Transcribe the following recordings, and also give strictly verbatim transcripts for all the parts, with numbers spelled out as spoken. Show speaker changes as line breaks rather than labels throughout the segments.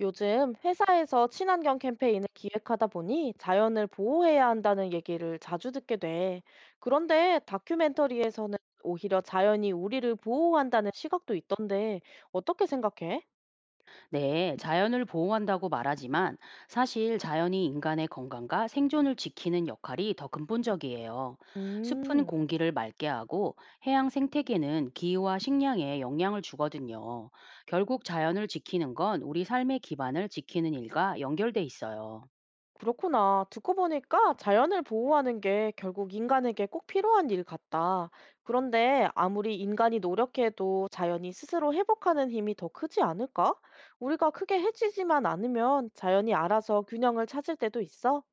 요즘 회사에서 친환경 캠페인을 기획하다 보니 자연을 보호해야 한다는 얘기를 자주 듣게 돼. 그런데 다큐멘터리에서는 오히려 자연이 우리를 보호한다는 시각도 있던데 어떻게 생각해?
네, 자연을 보호한다고 말하지만 사실 자연이 인간의 건강과 생존을 지키는 역할이 더 근본적이에요. 숲은
음.
공기를 맑게 하고 해양 생태계는 기후와 식량에 영향을 주거든요. 결국 자연을 지키는 건 우리 삶의 기반을 지키는 일과 연결돼 있어요.
그렇구나. 듣고 보니까 자연을 보호하는 게 결국 인간에게 꼭 필요한 일 같다. 그런데 아무리 인간이 노력해도 자연이 스스로 회복하는 힘이 더 크지 않을까? 우리가 크게 해치지만 않으면 자연이 알아서 균형을 찾을 때도 있어.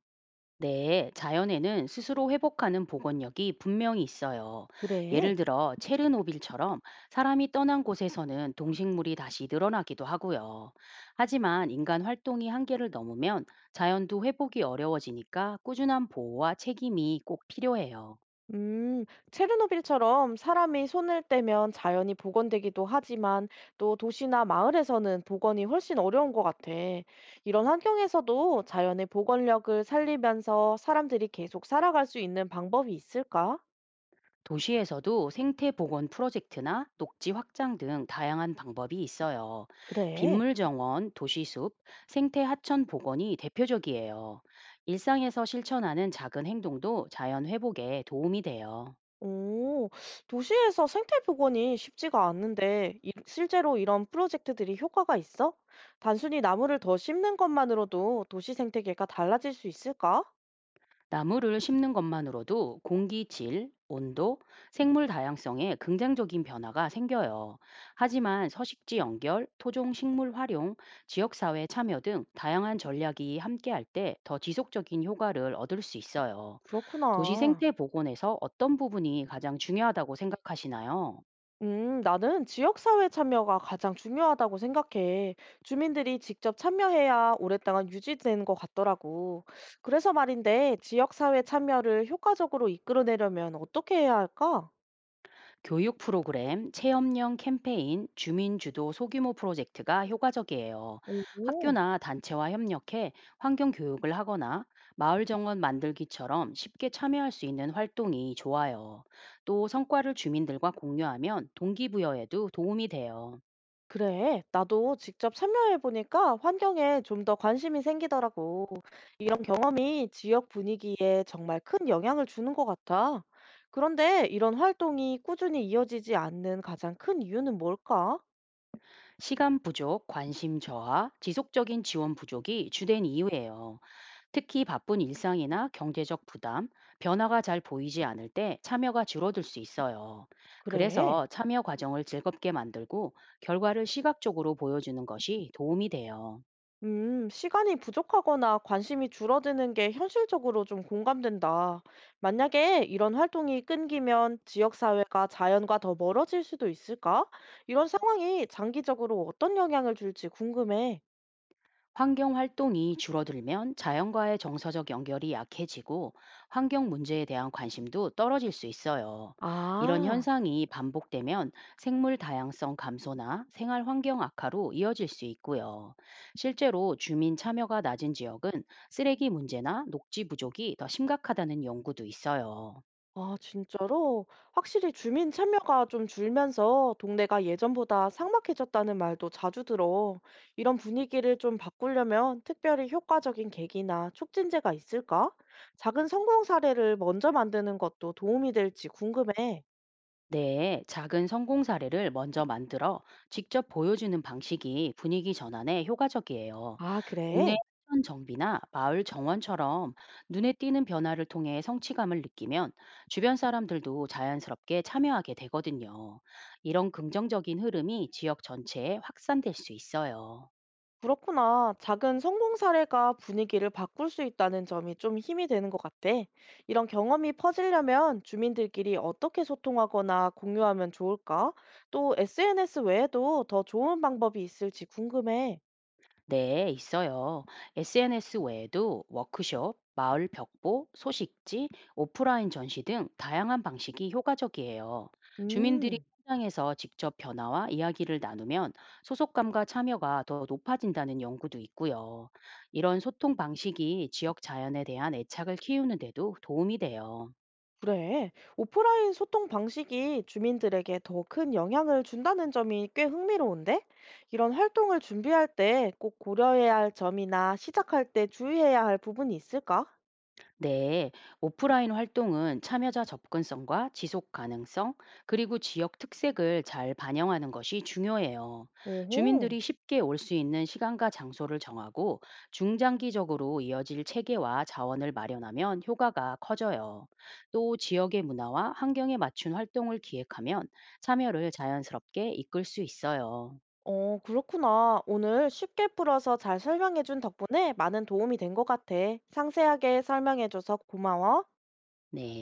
네, 자연에는 스스로 회복하는 복원력이 분명히 있어요.
그래.
예를 들어 체르노빌처럼 사람이 떠난 곳에서는 동식물이 다시 늘어나기도 하고요. 하지만 인간 활동이 한계를 넘으면 자연도 회복이 어려워지니까 꾸준한 보호와 책임이 꼭 필요해요.
음, 체르노빌처럼 사람이 손을 떼면 자연이 복원되기도 하지만 또 도시나 마을에서는 복원이 훨씬 어려운 것 같아. 이런 환경에서도 자연의 복원력을 살리면서 사람들이 계속 살아갈 수 있는 방법이 있을까?
도시에서도 생태 복원 프로젝트나 녹지 확장 등 다양한 방법이 있어요.
그래.
빗물 정원, 도시숲, 생태 하천 복원이 대표적이에요. 일상에서 실천하는 작은 행동도 자연 회복에 도움이 돼요.
오, 도시에서 생태 복원이 쉽지가 않는데 이- 실제로 이런 프로젝트들이 효과가 있어? 단순히 나무를 더 심는 것만으로도 도시 생태계가 달라질 수 있을까?
나무를 심는 것만으로도 공기 질, 온도, 생물 다양성에 긍정적인 변화가 생겨요. 하지만 서식지 연결, 토종 식물 활용, 지역사회 참여 등 다양한 전략이 함께할 때 더 지속적인 효과를 얻을 수 있어요. 도시
그렇구나.
생태 복원에서 어떤 부분이 가장 중요하다고 생각하시나요?
음, 나는 지역사회 참여가 가장 중요하다고 생각해. 주민들이 직접 참여해야 오랫동안 유지되는 것 같더라고. 그래서 말인데, 지역사회 참여를 효과적으로 이끌어내려면 어떻게 해야 할까?
교육 프로그램, 체험형 캠페인, 주민주도 소규모 프로젝트가 효과적이에요.
오,
학교나 단체와 협력해 환경교육을 하거나 마을정원 만들기처럼 쉽게 참여할 수 있는 활동이 좋아요. 또 성과를 주민들과 공유하면 동기부여에도 도움이 돼요.
그래. 나도 직접 참여해보니까 환경에 좀 더 관심이 생기더라고. 이런 경험이 지역 분위기에 정말 큰 영향을 주는 것 같아. 그런데 이런 활동이 꾸준히 이어지지 않는 가장 큰 이유는 뭘까?
시간 부족, 관심 저하, 지속적인 지원 부족이 주된 이유예요. 특히 바쁜 일상이나 경제적 부담, 변화가 잘 보이지 않을 때 참여가 줄어들 수 있어요.
그래.
그래서 참여 과정을 즐겁게 만들고 결과를 시각적으로 보여주는 것이 도움이 돼요.
음, 시간이 부족하거나 관심이 줄어드는 게 현실적으로 좀 공감된다. 만약에 이런 활동이 끊기면 지역사회가 자연과 더 멀어질 수도 있을까? 이런 상황이 장기적으로 어떤 영향을 줄지 궁금해.
환경 활동이 줄어들면 자연과의 정서적 연결이 약해지고 환경 문제에 대한 관심도 떨어질 수 있어요. 이런
아.
현상이 반복되면 생물 다양성 감소나 생활 환경 악화로 이어질 수 있고요. 실제로 주민 참여가 낮은 지역은 쓰레기 문제나 녹지 부족이 더 심각하다는 연구도 있어요.
아, 진짜로? 확실히 주민 참여가 좀 줄면서 동네가 예전보다 삭막해졌다는 말도 자주 들어. 이런 분위기를 좀 바꾸려면 특별히 효과적인 계기나 촉진제가 있을까? 작은 성공 사례를 먼저 만드는 것도 도움이 될지 궁금해.
네, 작은 성공 사례를 먼저 만들어 직접 보여주는 방식이 분위기 전환에 효과적이에요.
아,
동네
그래?
하천 정비나 마을 정원처럼 눈에 띄는 변화를 통해 성취감을 느끼면 주변 사람들도 자연스럽게 참여하게 되거든요. 이런 긍정적인 흐름이 지역 전체에 확산될 수 있어요.
그렇구나. 작은 성공 사례가 분위기를 바꿀 수 있다는 점이 좀 힘이 되는 것 같아. 이런 경험이 퍼지려면 주민들끼리 어떻게 소통하거나 공유하면 좋을까? 또 에스엔에스 외에도 더 좋은 방법이 있을지 궁금해.
네, 있어요. 에스엔에스 외에도 워크숍, 마을 벽보, 소식지, 오프라인 전시 등 다양한 방식이 효과적이에요. 주민들이
음,
현장에서 직접 변화와 이야기를 나누면 소속감과 참여가 더 높아진다는 연구도 있고요. 이런 소통 방식이 지역 자연에 대한 애착을 키우는 데도 도움이 돼요.
그래. 오프라인 소통 방식이 주민들에게 더 큰 영향을 준다는 점이 꽤 흥미로운데? 이런 활동을 준비할 때 꼭 고려해야 할 점이나 시작할 때 주의해야 할 부분이 있을까?
네, 오프라인 활동은 참여자 접근성과 지속 가능성, 그리고 지역 특색을 잘 반영하는 것이 중요해요.
오호.
주민들이 쉽게 올 수 있는 시간과 장소를 정하고 중장기적으로 이어질 체계와 자원을 마련하면 효과가 커져요. 또 지역의 문화와 환경에 맞춘 활동을 기획하면 참여를 자연스럽게 이끌 수 있어요.
어, 그렇구나. 오늘 쉽게 풀어서 잘 설명해준 덕분에 많은 도움이 된 것 같아. 상세하게 설명해줘서 고마워.
네.